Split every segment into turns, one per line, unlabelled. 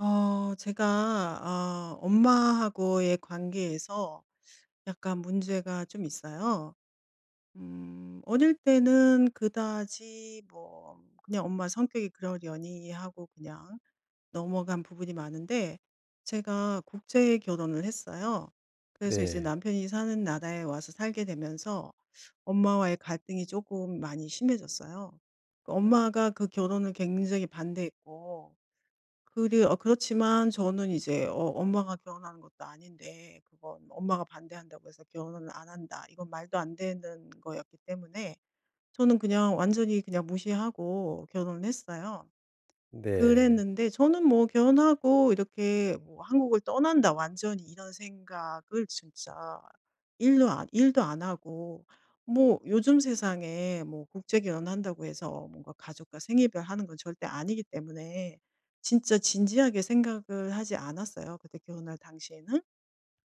제가 엄마하고의 관계에서 약간 문제가 좀 있어요. 어릴 때는 그다지 뭐 그냥 엄마 성격이 그러려니 하고 그냥 넘어간 부분이 많은데 제가 국제 결혼을 했어요. 그래서 이제
네.
남편이 사는 나라에 와서 살게 되면서 엄마와의 갈등이 조금 많이 심해졌어요. 그 엄마가 그 결혼을 굉장히 반대했고 그리 어 그렇지만 저는 이제 엄마가 결혼하는 것도 아닌데 그건 엄마가 반대한다고 해서 "결혼은 안 한다." 이건 말도 안 되는 거였기 때문에 저는 그냥 완전히 그냥 무시하고 결혼을 했어요.
네.
그랬는데 저는 뭐 결혼하고 이렇게 뭐 '한국을 떠난다 완전히.' 이런 생각을 진짜 일도 안 하고 뭐 요즘 세상에 뭐 국제 결혼한다고 해서 뭔가 가족과 생일별 하는 건 절대 아니기 때문에 진짜 진지하게 생각을 하지 않았어요, 그때 결혼할 당시에는.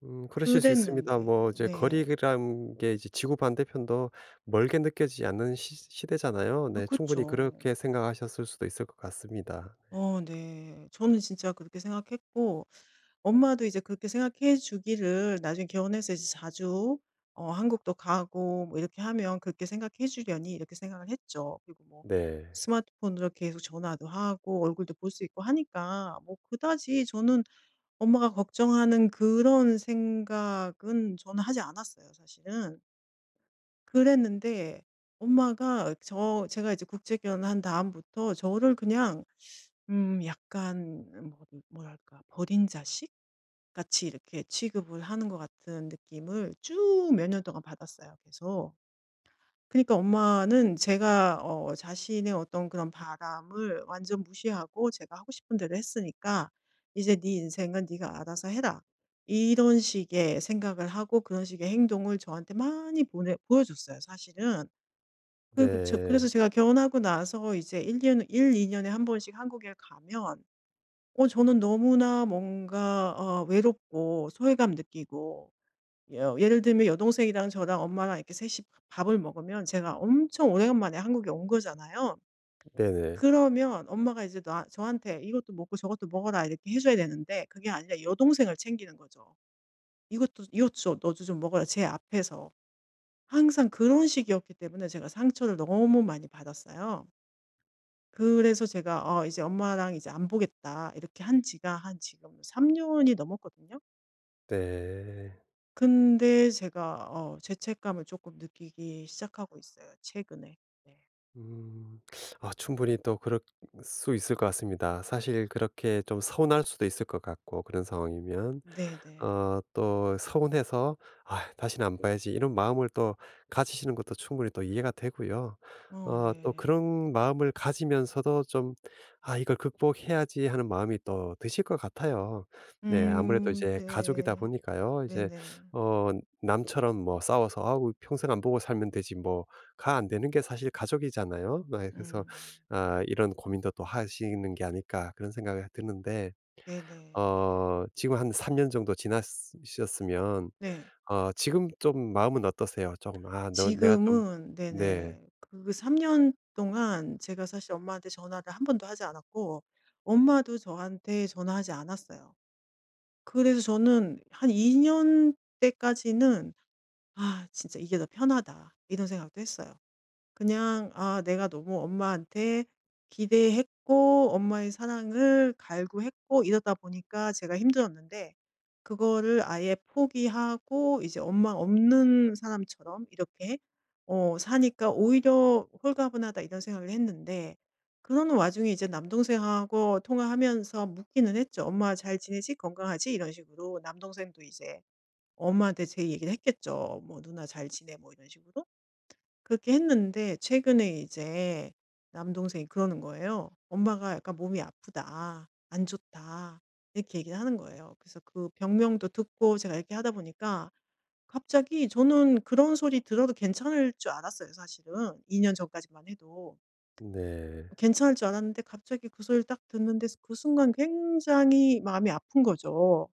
그러실 수 있습니다.
그랬는데
뭐 이제
네.
거리라는 게 이제 지구 반대편도 멀게 느껴지지 않는 시 시대잖아요.
어
네. 충분히
그쵸.
그렇게 생각하셨을 수도 있을 것 같습니다.
어 네. 저는 진짜 그렇게 생각했고 엄마도 이제 그렇게 생각해 주기를 나중에 결혼해서 이제 자주 한국도 가고 뭐 이렇게 하면 그렇게 생각해 주려니 이렇게 생각을 했죠. 그리고 뭐
네.
스마트폰으로 계속 전화도 하고 얼굴도 볼 수 있고 하니까 뭐 그다지 저는 엄마가 걱정하는 그런 생각은 저는 하지 않았어요, 사실은. 그랬는데 엄마가 제가 이제 국제 결혼한 다음부터 저를 그냥 약간 뭐 뭐랄까 버린 자식 같이 이렇게 취급을 하는 것 같은 느낌을 쭉 몇 년 동안 받았어요, 계속. 그니까 엄마는 제가 자신의 어떤 그런 바람을 완전 무시하고 제가 하고 싶은 대로 했으니까 "이제 네 인생은 네가 알아서 해라." 이런 식의 생각을 하고 그런 식의 행동을 저한테 많이 보내 보여줬어요 사실은. 그리고
네.
그래서 제가 결혼하고 나서 이제 1년 일, 2 년에 한 번씩 한국에 가면 저는 너무나 뭔가 외롭고 소외감 느끼고 여 예를 들면 여동생이랑 저랑 엄마랑 이렇게 셋이 밥을 먹으면 제가 엄청 오래간만에 한국에 온 거잖아요.
네네.
그러면 엄마가 이제 나 저한테 "이것도 먹고 저것도 먹어라." 이렇게 해 줘야 되는데 그게 아니라 여동생을 챙기는 거죠. "이것도 이것 줘. 너도 좀 먹어라." 제 앞에서. 항상 그런 식이었기 때문에 제가 상처를 너무 많이 받았어요. 그래서 제가 이제 엄마랑 이제 "안 보겠다." 이렇게 한 지가 한 지금 3 년이 넘었거든요.
네.
근데 제가 죄책감을 조금 느끼기 시작하고 있어요 최근에. 네.
음. 아 충분히 또 그럴 수 있을 것 같습니다. 사실 그렇게 좀 서운할 수도 있을 것 같고 그런 상황이면.
네네.
어 또 서운해서 '아 다시는 안 봐야지.' 이런 마음을 또 가지시는 것도 충분히 또 이해가 되고요.
어
어 또
네.
그런 마음을 가지면서도 좀 '아 이걸 극복해야지.' 하는 마음이 또 드실 것 같아요. 네 아무래도 이제 가족이다
네.
보니까요. 이제
네네.
어 남처럼 뭐 싸워서 '아우 평생 안 보고 살면 되지.' 뭐가 안 되는 게 사실 가족이잖아요. 네 그래서
음.
아 '이런 고민도 또 하시는 게 아닐까.' 그런 생각이 드는데
네네.
어 지금 한 3년 정도 지났으셨으면
네.
어 지금 좀 마음은 어떠세요? 조금 '아 너 내가 좀.'
지금은
네.
네네. 그 3 년 동안 제가 사실 엄마한테 전화를 한 번도 하지 않았고 엄마도 저한테 전화하지 않았어요. 그래서 저는 한 2년 때까지는 '아 진짜 이게 더 편하다.' 이런 생각도 했어요. 그냥 아 내가 너무 엄마한테 기대했고 엄마의 사랑을 갈구했고 이러다 보니까 제가 힘들었는데 그거를 아예 포기하고 이제 엄마 없는 사람처럼 이렇게 사니까 오히려 홀가분하다 이런 생각을 했는데 그러는 와중에 이제 남동생하고 통화하면서 묻기는 했죠. 엄마 잘 지내지? 건강하지? 이런 식으로 남동생도 이제 엄마한테 제 얘기를 했겠죠. 뭐 누나 잘 지내? 뭐 이런 식으로. 그렇게 했는데 최근에 이제 남동생이 그러는 거예요. 엄마가 약간 몸이 아프다. 안 좋다. 이렇게 얘기를 하는 거예요. 그래서 그 병명도 듣고 제가 이렇게 하다 보니까 갑자기 저는 그런 소리 들어도 괜찮을 줄 알았어요, 사실은. 2년 전까지만 해도.
네.
괜찮을 줄 알았는데 갑자기 그 소리를 딱 듣는데 그 순간 굉장히 마음이 아픈 거죠.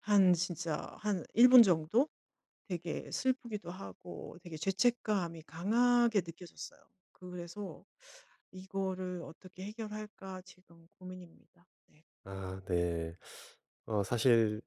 한 진짜 한 1분 정도? 되게 슬프기도 하고 되게 죄책감이 강하게 느껴졌어요. 그래서 이거를 어떻게 해결할까 지금 고민입니다. 네.
아 네. 어 사실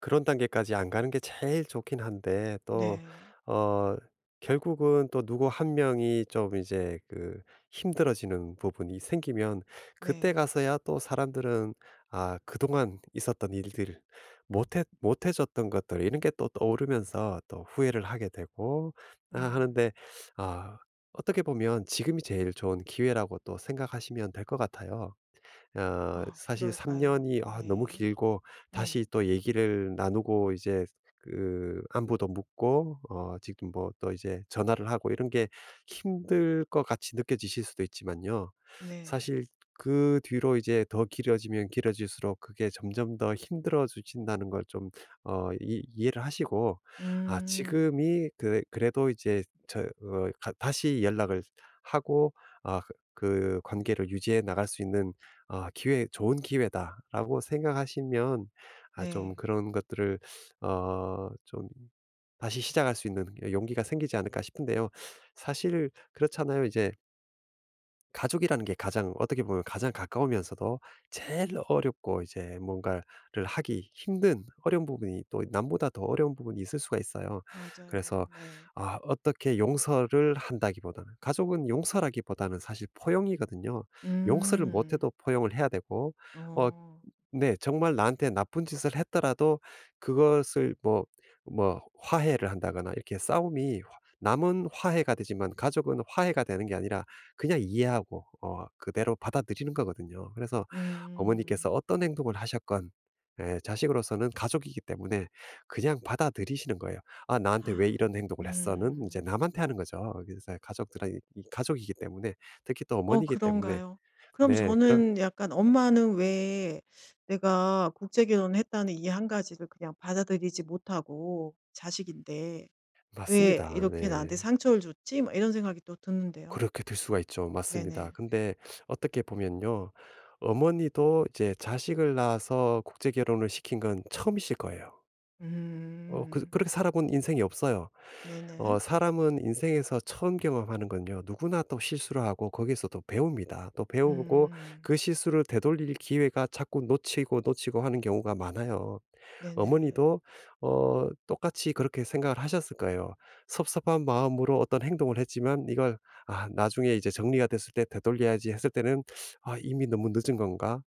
그런 단계까지 안 가는 게 제일 좋긴 한데 또
네.
어 결국은 또 누구 한 명이 좀 이제 그 힘들어지는 부분이 생기면 그때
네.
가서야 또 사람들은 아 그동안 있었던 일들 못해 줬던 것들 이런 게 또 떠오르면서 또 후회를 하게 되고 아
음.
하는데 아 어떻게 보면 지금이 제일 좋은 기회라고 또 생각하시면 될 것 같아요. 어
아,
사실 3
그럴까요?
년이 아 너무
네.
길고
네.
다시 또 얘기를 나누고 이제 그 안부도 묻고 어 지금 뭐 또 이제 전화를 하고 이런 게 힘들 것 같이 느껴지실 수도 있지만요.
네.
사실 그 뒤로 이제 더 길어지면 길어질수록 그게 점점 더 힘들어지신다는 걸 좀 어 이 이해를 하시고 아
음.
지금이 그 그래도 이제 저 어 가 다시 연락을 하고 아 그 그 관계를 유지해 나갈 수 있는 '아 기회 좋은 기회다.'라고 생각하시면 아 좀
네.
그런 것들을 어 좀 다시 시작할 수 있는 용기가 생기지 않을까 싶은데요. 사실 그렇잖아요. 이제 가족이라는 게 가장 어떻게 보면 가장 가까우면서도 제일 어렵고 이제 뭔가를 하기 힘든 어려운 부분이 또 남보다 더 어려운 부분이 있을 수가 있어요.
맞아요.
그래서
네.
아, 어떻게 용서를 한다기보다는 가족은 용서라기보다는 사실 포용이거든요. 용서를
음.
못해도 포용을 해야 되고 어,
어.
네. 정말 나한테 나쁜 짓을 했더라도 그것을 뭐 뭐 화해를 한다거나 이렇게 싸움이 화 남은 화해가 되지만 가족은 화해가 되는 게 아니라 그냥 이해하고 어 그대로 받아들이는 거거든요. 그래서 어머니께서
음.
어떤 행동을 하셨건 예 자식으로서는 가족이기 때문에 그냥 받아들이시는 거예요. '아 나한테 왜 이런 행동을 했어?'는 이제
음.
남한테 하는 거죠. 그래서 가족들이 이 가족이기 때문에 특히 또
어
어머니이기 때문에
그런가요? 그럼
네 그런
저는 약간 엄마는 왜 내가 국제 결혼했다는 이 한 가지를 그냥 받아들이지 못하고 자식인데 '왜
맞습니다.
이렇게 나한테
네.
상처를 줬지?' 막 이런 생각이 또 드는데요.
그렇게 될 수가 있죠. 맞습니다.
네네.
근데 어떻게 보면요. 어머니도 이제 자식을 낳아서 국제 결혼을 시킨 건 처음이실 거예요. 어, 그,
음.
그렇게 살아본 인생이 없어요. 어,
네네.
사람은 인생에서 처음 경험하는 건요. 누구나 또 실수를 하고 거기에서 또 배웁니다. 또 배우고
음.
그 실수를 되돌릴 기회가 자꾸 놓치고 놓치고 하는 경우가 많아요.
네네.
어머니도 어 똑같이 그렇게 생각을 하셨을 거예요. 섭섭한 마음으로 어떤 행동을 했지만 이걸 '아 나중에 이제 정리가 됐을 때 되돌려야지.' 했을 때는 '아 이미 너무 늦은 건가?'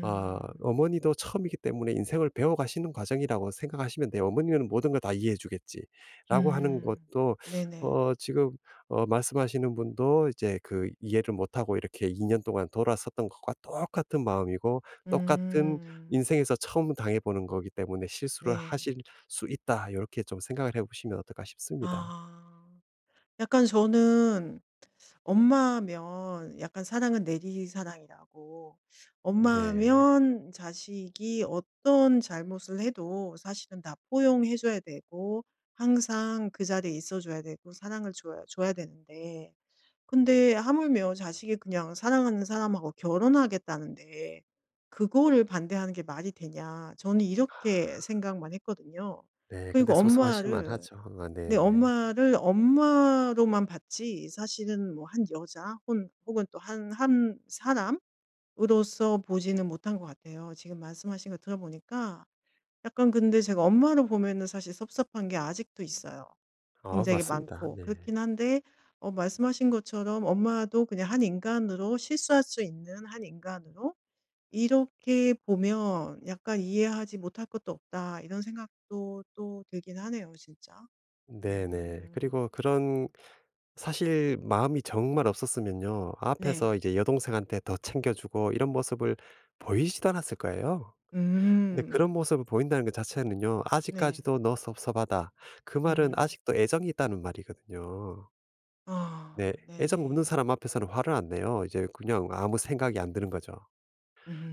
아 어머니도 처음이기 때문에 인생을 배워가시는 과정이라고 생각하시면 돼요. '어머니는 모든 걸 다 이해해 주겠지.'라고 하는
음.
것도
네네.
어 지금 어 말씀하시는 분도 이제 그 이해를 못하고 이렇게 2년 동안 돌아섰던 것과 똑같은 마음이고 똑같은
음.
인생에서 처음 당해 보는 거기 때문에 '실수를
네.
하실 수 있다.' 이렇게 좀 생각을 해 보시면 어떨까 싶습니다.
아. 약간 저는 엄마면 약간 사랑은 내리사랑이라고
네.
엄마면 자식이 어떤 잘못을 해도 사실은 다 포용해 줘야 되고 항상 그 자리에 있어 줘야 되고 사랑을 줘야 되는데 근데 하물며 자식이 그냥 사랑하는 사람하고 결혼하겠다는데 그거를 반대하는 게 말이 되냐. 저는 이렇게 생각만 했거든요.
네. 근데
그리고
섭섭하실
엄마를
만하죠. 아
근데
네네.
엄마를 엄마로만 봤지 사실은 뭐 한 여자 혹은 또 한 사람으로서 보지는 못한 것 같아요. 지금 말씀하신 거 들어보니까 약간 근데 제가 엄마로 보면은 사실 섭섭한 게 아직도 있어요.
아
굉장히
맞습니다.
많고.
네.
그렇긴 한데 말씀하신 것처럼 엄마도 그냥 한 인간으로 실수할 수 있는 한 인간으로 이렇게 보면 약간 '이해하지 못할 것도 없다.' 이런 생각도 또 들긴 하네요 진짜.
네네.
음.
그리고 그런 사실 마음이 정말 없었으면요.
네.
앞에서 이제 여동생한테 더 챙겨주고 이런 모습을 보이지도 않았을 거예요. 근데 그런
음.
모습을 보인다는 것 자체는요.
네.
아직까지도 너 섭섭하다. 그 말은
음.
아직도 애정이 있다는 말이거든요. 네.
아
애정 없는
네네.
사람 앞에서는 화를 안 내요. 이제 그냥 아무 생각이 안 드는 거죠.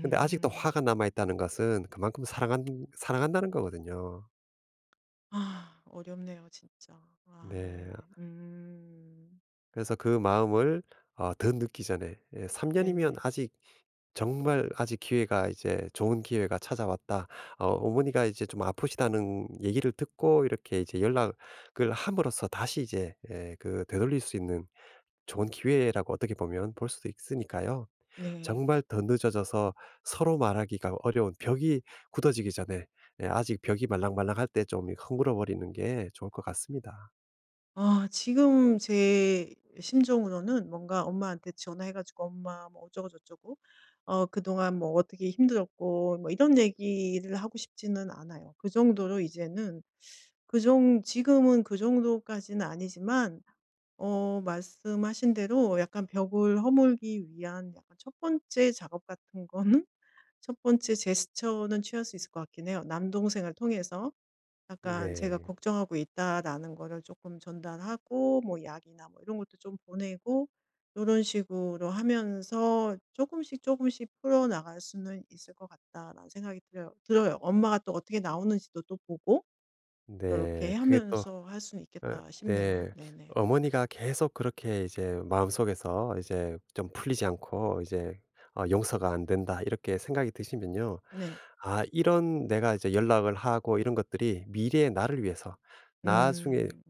근데 아직도 화가 남아있다는 것은 그만큼 사랑한다는 거거든요.
아 어렵네요 진짜. 아
네.
네. 음.
그래서 그 마음을 어, 더 늦기 전에 3년이면
네네.
아직 정말 아직 기회가 이제 좋은 기회가 찾아왔다. 어 어머니가 이제 좀 아프시다는 얘기를 듣고 이렇게 이제 연락을 함으로써 다시 이제 예 그 되돌릴 수 있는 좋은 기회라고 어떻게 보면 볼 수도 있으니까요.
네.
정말 더 늦어져서 서로 말하기가 어려운 벽이 굳어지기 전에 예 아직 벽이 말랑말랑할 때 좀 이 허물어 버리는 게 좋을 것 같습니다.
아 지금 제 심정으로는 뭔가 엄마한테 전화해 가지고 "엄마 뭐 어쩌고 저쩌고 어 그동안 뭐 어떻게 힘들었고." 뭐 이런 얘기를 하고 싶지는 않아요. 그 정도로 이제는 그 정 지금은 그 정도까지는 아니지만 말씀하신 대로 약간 벽을 허물기 위한 약간 첫 번째 작업 같은 거는 첫 번째 제스처는 취할 수 있을 것 같긴 해요. 남동생을 통해서 약간 제가
네.
걱정하고 있다라는 거를 조금 전달하고 뭐 약이나 뭐 이런 것도 좀 보내고 이런 식으로 하면서 조금씩 조금씩 풀어나갈 수는 있을 것 같다라는 생각이 들어요 들어요. 엄마가 또 어떻게 나오는지도 또 보고 이렇
네.
게
그게 또
하면서 할 수는
어
있겠다 싶네요.
네.
네네.
어머니가 계속 그렇게 이제 마음속에서 이제 좀 풀리지 않고 이제 어 '용서가 안 된다.' 이렇게 생각이 드시면요.
네.
아 이런 내가 이제 연락을 하고 이런 것들이 미래의 나를 위해서 나중에
음.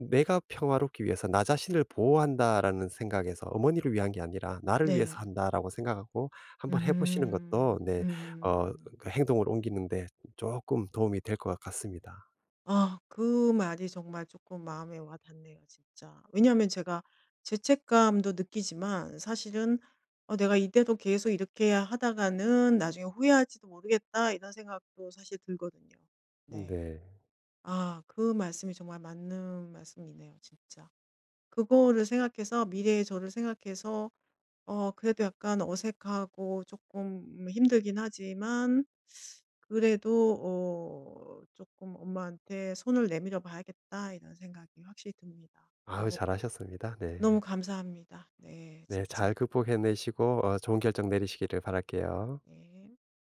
'내가 평화롭기 위해서 나 자신을 보호한다.'라는 생각에서 '어머니를 위한 게 아니라 나를 위해서
네.
한다.'라고 생각하고 한번 해 보시는 것도
음.
네 어
음.
그 행동을 옮기는 데 조금 도움이 될 것 같습니다.
아 그 말이 정말 조금 마음에 와 닿네요 진짜. 왜냐하면 제가 죄책감도 느끼지만 사실은 '어 내가 이대로 계속 이렇게 하다가는 나중에 후회할지도 모르겠다.' 이런 생각도 사실 들거든요. 네.
네.
아 그 말씀이 정말 맞는 말씀이네요 진짜. 그거를 생각해서 미래의 저를 생각해서 그래도 약간 어색하고 조금 힘들긴 하지만 그래도 조금 '엄마한테 손을 내밀어 봐야겠다.' 이런 생각이 확실히 듭니다.
아유 잘하셨습니다.
너무
네.
감사합니다. 네
네.
진짜.
잘 극복해 내시고 어 좋은 결정 내리시기를 바랄게요.
네.